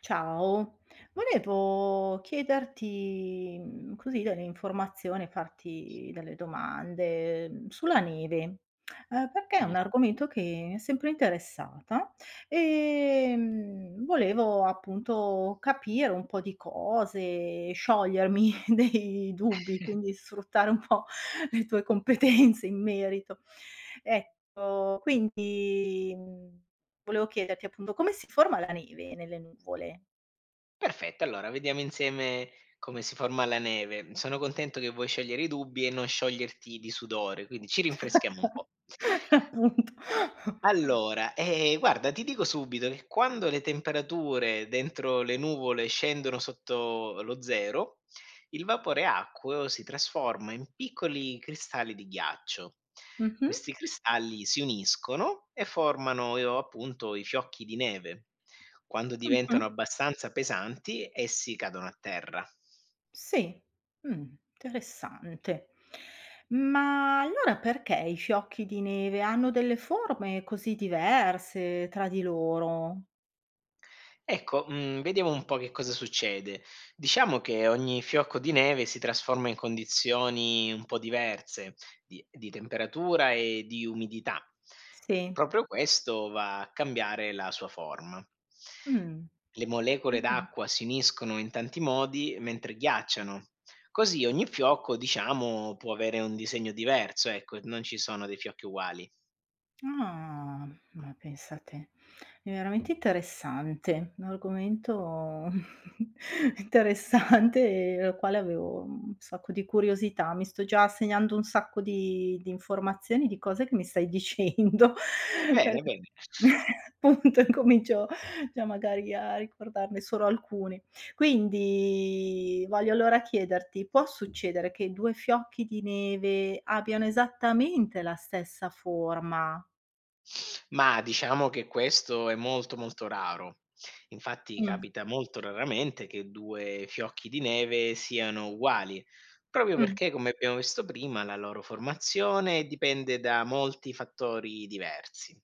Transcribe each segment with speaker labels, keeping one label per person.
Speaker 1: Ciao, volevo chiederti, così delle informazioni, farti delle domande, sulla neve, perché è
Speaker 2: Mh.
Speaker 1: un argomento che mi è sempre interessata, volevo appunto capire un po' di cose, sciogliermi dei dubbi, quindi sfruttare un po' le tue competenze in merito. Ecco, quindi, mhmm Volevo chiederti appunto come si forma la neve nelle nuvole?
Speaker 2: Perfetto, allora vediamo insieme come si forma la neve. Sono contento che vuoi sciogliere i dubbi e non scioglierti di sudore, quindi ci rinfreschiamo un po'.
Speaker 1: Appunto.
Speaker 2: Allora, guarda ti dico subito che quando le temperature dentro le nuvole scendono sotto lo 0, il vapore acqueo si trasforma in piccoli cristalli di ghiaccio.
Speaker 1: Mh-mh,
Speaker 2: Questi cristalli si uniscono e formano, appunto i fiocchi di neve. Quando
Speaker 1: mh-mh.
Speaker 2: diventano abbastanza pesanti, essi cadono a terra.
Speaker 1: Sì, mh, interessante. Ma allora perché i fiocchi di neve hanno delle forme così diverse tra di loro?
Speaker 2: Ecco, vediamo un po' che cosa succede. Diciamo che ogni fiocco di neve si trasforma in condizioni un po' diverse di temperatura e di umidità.
Speaker 1: Sì,
Speaker 2: Proprio questo va a cambiare la sua forma.
Speaker 1: mh,
Speaker 2: Le molecole
Speaker 1: mh.
Speaker 2: d'acqua si uniscono in tanti modi mentre ghiacciano. Così ogni fiocco, diciamo, può avere un disegno diverso, ecco, non ci sono dei fiocchi uguali.
Speaker 1: Ah, ma pensa te. È veramente interessante, un argomento interessante e al quale avevo un sacco di curiosità. Mi sto già segnando un sacco di informazioni, di cose che mi stai dicendo per
Speaker 2: Bene, bene.
Speaker 1: appunto incomincio già magari a ricordarne solo alcuni. Quindi voglio allora chiederti: può succedere che 2 fiocchi di neve abbiano esattamente la stessa forma?
Speaker 2: Ma diciamo che questo è molto, molto raro. Infatti
Speaker 1: Mh,
Speaker 2: capita molto raramente che due fiocchi di neve siano uguali, proprio
Speaker 1: mh.
Speaker 2: perché, come abbiamo visto prima, la loro formazione dipende da molti fattori diversi.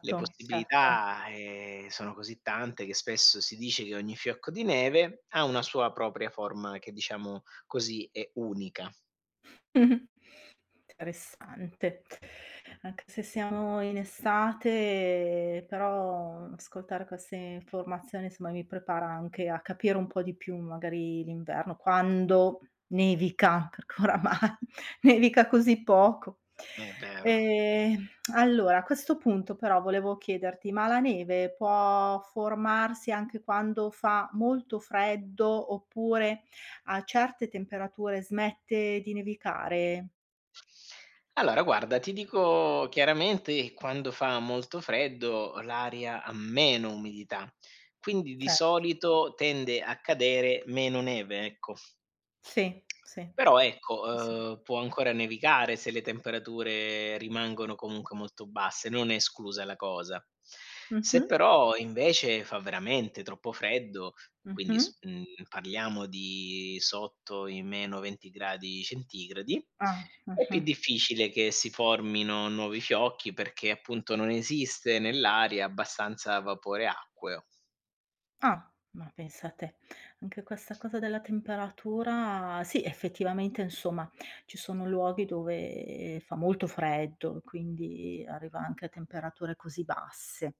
Speaker 2: Le
Speaker 1: certo.
Speaker 2: possibilità, sono così tante che spesso si dice che ogni fiocco di neve ha una sua propria forma che, diciamo così, è unica.
Speaker 1: Mh-mh. Interessante. Anche se siamo in estate, però ascoltare queste informazioni, insomma, mi prepara anche a capire un po' di più magari l'inverno, quando nevica, perché oramai nevica così poco.
Speaker 2: È vero.
Speaker 1: Ehm, allora a questo punto però volevo chiederti: ma la neve può formarsi anche quando fa molto freddo, oppure a certe temperature smette di nevicare?
Speaker 2: Allora guarda, ti dico chiaramente quando fa molto freddo l'aria ha meno umidità, quindi di
Speaker 1: Certo.
Speaker 2: solito tende a cadere meno neve, ecco.
Speaker 1: Sì, sì,
Speaker 2: Però ecco,
Speaker 1: sì, sì.
Speaker 2: può ancora nevicare se le temperature rimangono comunque molto basse, non è esclusa la cosa.
Speaker 1: Mh-mh,
Speaker 2: Se però invece fa veramente troppo freddo, quindi
Speaker 1: mh-mh.
Speaker 2: parliamo di sotto i -20 gradi centigradi.
Speaker 1: Ah,
Speaker 2: È più
Speaker 1: ah-ah.
Speaker 2: difficile che si formino nuovi fiocchi perché appunto non esiste nell'aria abbastanza vapore acqueo.
Speaker 1: Ah, ma pensa te. Anche questa cosa della temperatura sì, effettivamente insomma ci sono luoghi dove fa molto freddo, quindi arriva anche a temperature così basse.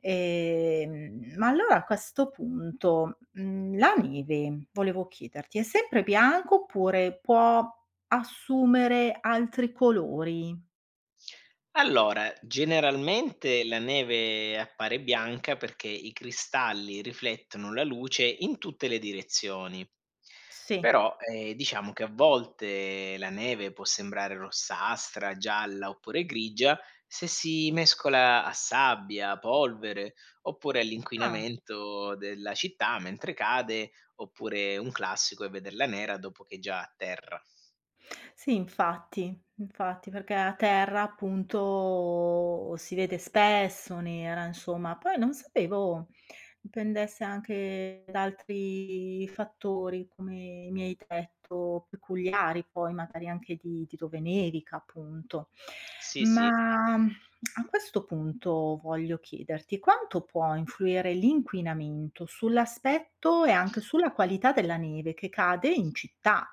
Speaker 1: Ma allora a questo punto, la neve, volevo chiederti, è sempre bianca oppure può assumere altri colori?
Speaker 2: Allora, generalmente la neve appare bianca perché i cristalli riflettono la luce in tutte le direzioni.
Speaker 1: Sì.
Speaker 2: Però diciamo che a volte la neve può sembrare rossastra, gialla oppure grigia se si mescola a sabbia, polvere oppure
Speaker 1: Sì, ah.
Speaker 2: all'inquinamento della città mentre cade, oppure un classico è vederla nera dopo che è già a terra.
Speaker 1: Sì, infatti, infatti, perché a terra appunto si vede spesso nera, insomma. Poi non sapevo dipendesse anche da altri fattori, come mi hai detto, peculiari poi magari anche di dove nevica, appunto.
Speaker 2: Sì, sì.
Speaker 1: Ma a questo punto voglio chiederti: quanto può influire l'inquinamento sull'aspetto e anche sulla qualità della neve che cade in città?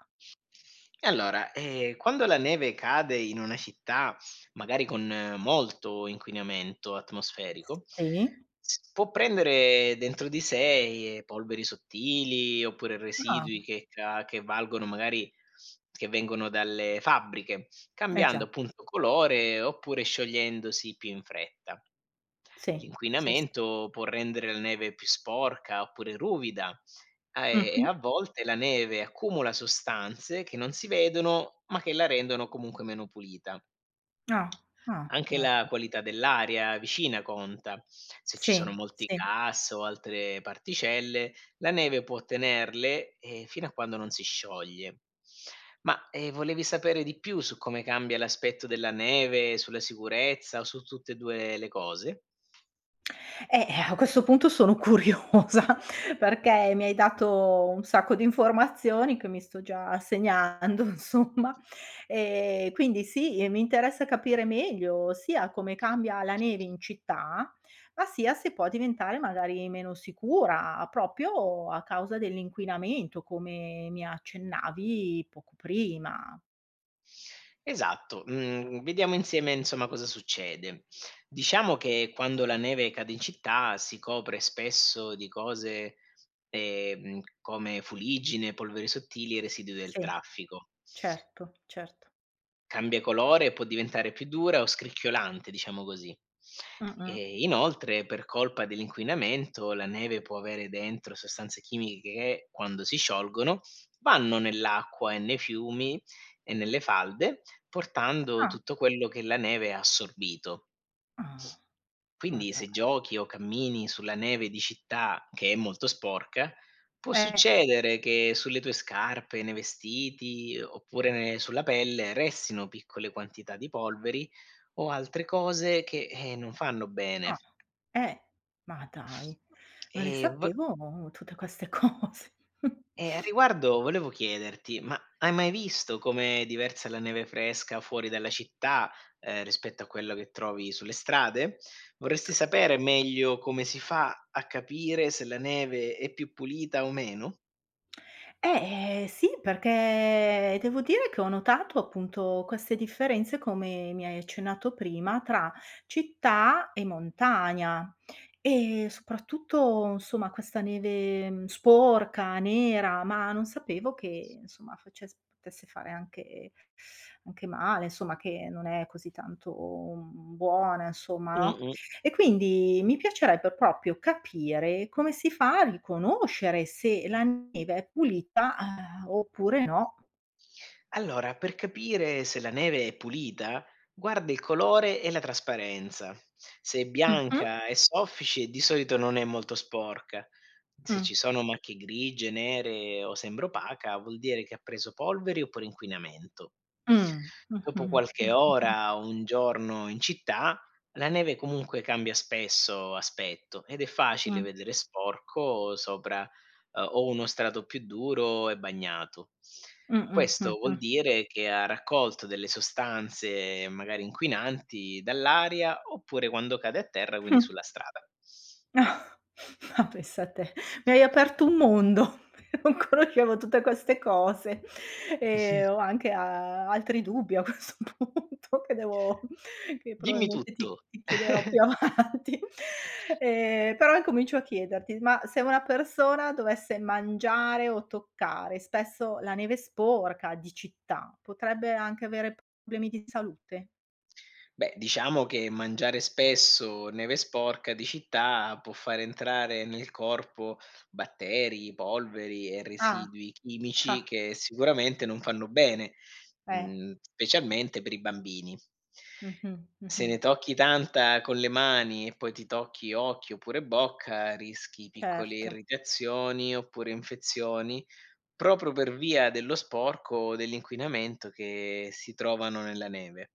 Speaker 2: Allora, quando la neve cade in una città, magari con molto inquinamento atmosferico,
Speaker 1: Sì.
Speaker 2: s può prendere dentro di sé, polveri sottili oppure
Speaker 1: Ah,
Speaker 2: residui che valgono magari che vengono dalle fabbriche,
Speaker 1: eh
Speaker 2: cambiando
Speaker 1: già,
Speaker 2: appunto colore oppure sciogliendosi più in fretta.
Speaker 1: sì, sì, sì.
Speaker 2: L'inquinamento può rendere la neve più sporca oppure ruvida
Speaker 1: Mh-mh.
Speaker 2: a volte la neve accumula sostanze che non si vedono ma che la rendono comunque meno pulita.
Speaker 1: Ah, ah,
Speaker 2: Anche
Speaker 1: madò.
Speaker 2: la qualità dell'aria vicina conta. Se ci
Speaker 1: Sì,
Speaker 2: sono molti
Speaker 1: sì.
Speaker 2: gas o altre particelle, la neve può tenerle fino a quando non si scioglie. Ma volevi sapere di più su come cambia l'aspetto della neve, sulla sicurezza o su tutte e due le cose?
Speaker 1: A questo punto sono curiosa perché mi hai dato un sacco di informazioni che mi sto già segnando insomma. Quindi sì, mi interessa capire meglio sia come cambia la neve in città, ma sia se può diventare magari meno sicura proprio a causa dell'inquinamento, come mi accennavi poco prima.
Speaker 2: Esatto, vediamo insieme insomma cosa succede. Diciamo che quando la neve cade in città si copre spesso di cose, come fuliggine, polveri sottili e residui del
Speaker 1: Sì.
Speaker 2: traffico.
Speaker 1: Certo, certo.
Speaker 2: Cambia colore e può diventare più dura o scricchiolante, diciamo così.
Speaker 1: Mh-mh.
Speaker 2: E inoltre, per colpa dell'inquinamento, la neve può avere dentro sostanze chimiche che, quando si sciolgono, vanno nell'acqua e nei fiumi e nelle falde, portando
Speaker 1: Ah,
Speaker 2: tutto quello che la neve ha assorbito.
Speaker 1: ah, ma
Speaker 2: Quindi se
Speaker 1: dai.
Speaker 2: giochi o cammini sulla neve di città che è molto sporca, può
Speaker 1: Eh,
Speaker 2: succedere che sulle tue scarpe, nei vestiti oppure sulla pelle restino piccole quantità di polveri o altre cose che non fanno bene.
Speaker 1: ah, eh, ma dai. Non
Speaker 2: E
Speaker 1: le
Speaker 2: vo-
Speaker 1: sapevo tutte queste cose.
Speaker 2: E a riguardo volevo chiederti, ma hai mai visto com'è diversa la neve fresca fuori dalla città, rispetto a quello che trovi sulle strade? Vorresti sapere meglio come si fa a capire se la neve è più pulita o meno?
Speaker 1: Sì, perché devo dire che ho notato appunto queste differenze, come mi hai accennato prima, tra città e montagna e soprattutto, insomma, questa neve, sporca, nera, ma non sapevo che, insomma, faces potesse fare anche anche male, insomma, che non è così tanto, buona, insomma,
Speaker 2: Mm,
Speaker 1: no?
Speaker 2: mm.
Speaker 1: E quindi mi piacerebbe proprio capire come si fa a riconoscere se la neve è pulita, oppure no.
Speaker 2: Allora, per capire se la neve è pulita, guarda il colore e la trasparenza. Se è
Speaker 1: Mh-mh.
Speaker 2: bianca e soffice, di solito non è molto sporca. Se
Speaker 1: Mh.
Speaker 2: ci sono macchie grigie, nere o sembra opaca, vuol dire che ha preso polveri oppure inquinamento.
Speaker 1: Mh. Mh-mh.
Speaker 2: Dopo qualche
Speaker 1: Mh-mh.
Speaker 2: ora o un giorno in città, la neve comunque cambia spesso aspetto ed è
Speaker 1: Mh.
Speaker 2: facile vedere sporco sopra o uno strato più duro e bagnato.
Speaker 1: Mh.
Speaker 2: Questo
Speaker 1: Mh.
Speaker 2: vuol dire che ha raccolto delle sostanze magari inquinanti dall'aria, oppure quando cade a terra, quindi
Speaker 1: Mh.
Speaker 2: sulla strada.
Speaker 1: Ah, ma pensa te, mi hai aperto un mondo, non conoscevo tutte queste cose e ho anche a altri dubbi a questo punto che devo che
Speaker 2: Dimmi
Speaker 1: probabilmente ti
Speaker 2: tutto.
Speaker 1: chiederò più avanti. Però incomincio a chiederti: ma se una persona dovesse mangiare o toccare spesso la neve sporca di città, potrebbe anche avere problemi di salute?
Speaker 2: Beh, diciamo che mangiare spesso neve sporca di città può far entrare nel corpo batteri, polveri e
Speaker 1: Ah,
Speaker 2: residui
Speaker 1: ah,
Speaker 2: chimici che sicuramente non fanno bene,
Speaker 1: eh.
Speaker 2: mm, specialmente per i bambini.
Speaker 1: Mh-mh,
Speaker 2: Se
Speaker 1: mh-mh,
Speaker 2: ne tocchi tanta con le mani e poi ti tocchi occhi oppure bocca, rischi piccole
Speaker 1: certo.
Speaker 2: irritazioni oppure infezioni, proprio per via dello sporco o dell'inquinamento che si trovano nella neve.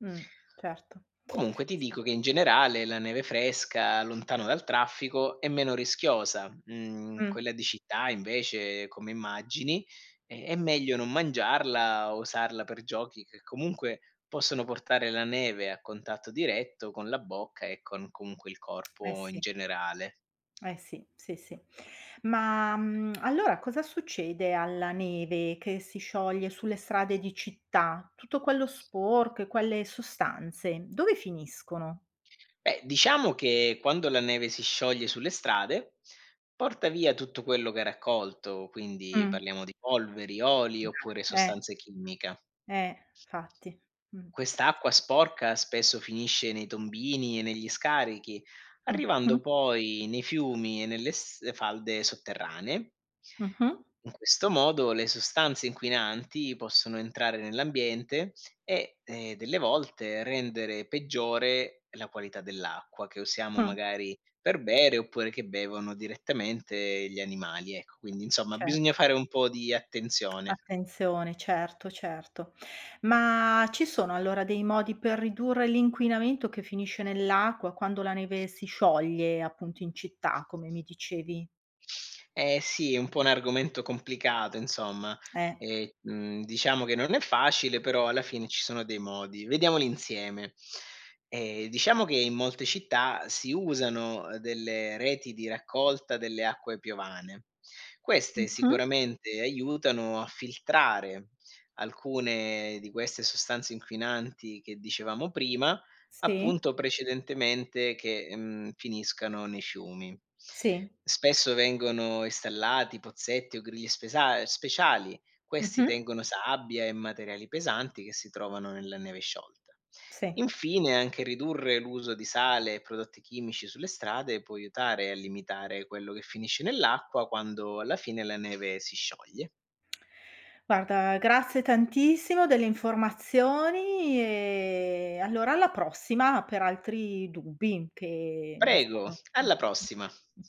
Speaker 1: Mh, certo.
Speaker 2: Comunque ti
Speaker 1: Sì.
Speaker 2: dico che in generale la neve fresca, lontano dal traffico, è meno rischiosa. Mhmm,
Speaker 1: Mh.
Speaker 2: Quella di città invece, come immagini, è meglio non mangiarla o usarla per giochi che comunque possono portare la neve a contatto diretto con la bocca e con comunque il
Speaker 1: Eh
Speaker 2: corpo in
Speaker 1: sì,
Speaker 2: generale.
Speaker 1: eh sì, sì, sì. Ma, allora cosa succede alla neve che si scioglie sulle strade di città? Tutto quello sporco e quelle sostanze dove finiscono?
Speaker 2: Beh, diciamo che quando la neve si scioglie sulle strade, porta via tutto quello che ha raccolto, quindi
Speaker 1: Mh.
Speaker 2: parliamo di polveri, oli oppure
Speaker 1: Eh,
Speaker 2: sostanze chimica.
Speaker 1: infatti. Mh.
Speaker 2: Quest'acqua sporca spesso finisce nei tombini e negli scarichi,
Speaker 1: Mh-mh,
Speaker 2: arrivando poi nei fiumi e falde sotterranee.
Speaker 1: mh-mh,
Speaker 2: In questo modo le sostanze inquinanti possono entrare nell'ambiente e delle volte rendere peggiore la qualità dell'acqua che usiamo
Speaker 1: mh,
Speaker 2: magari per bere oppure che bevono direttamente gli animali. Ecco, quindi insomma bisogna
Speaker 1: certo.
Speaker 2: fare un po' di attenzione.
Speaker 1: Attenzione, certo, certo. Ma ci sono allora dei modi per ridurre l'inquinamento che finisce nell'acqua quando la neve si scioglie appunto in città, come mi dicevi?
Speaker 2: Eh sì, è un po' un argomento complicato insomma.
Speaker 1: Eh.
Speaker 2: Diciamo che non è facile, però alla fine ci sono dei modi. Vediamoli insieme. Diciamo che in molte città si usano, delle reti di raccolta delle acque piovane. Queste
Speaker 1: Mh-mh.
Speaker 2: sicuramente aiutano a filtrare alcune di queste sostanze inquinanti che dicevamo prima,
Speaker 1: Sì,
Speaker 2: appunto precedentemente che, finiscano nei fiumi.
Speaker 1: sì.
Speaker 2: Spesso vengono installati pozzetti o griglie spesa speciali, questi
Speaker 1: Mh-mh.
Speaker 2: tengono sabbia e materiali pesanti che si trovano nella neve sciolta.
Speaker 1: Sì.
Speaker 2: Infine anche ridurre l'uso di sale e prodotti chimici sulle strade può aiutare a limitare quello che finisce nell'acqua quando alla fine la neve si scioglie.
Speaker 1: Guarda, grazie tantissimo delle informazioni e allora alla prossima per altri dubbi che mi
Speaker 2: Prego,
Speaker 1: sono
Speaker 2: alla prossima.
Speaker 1: mh.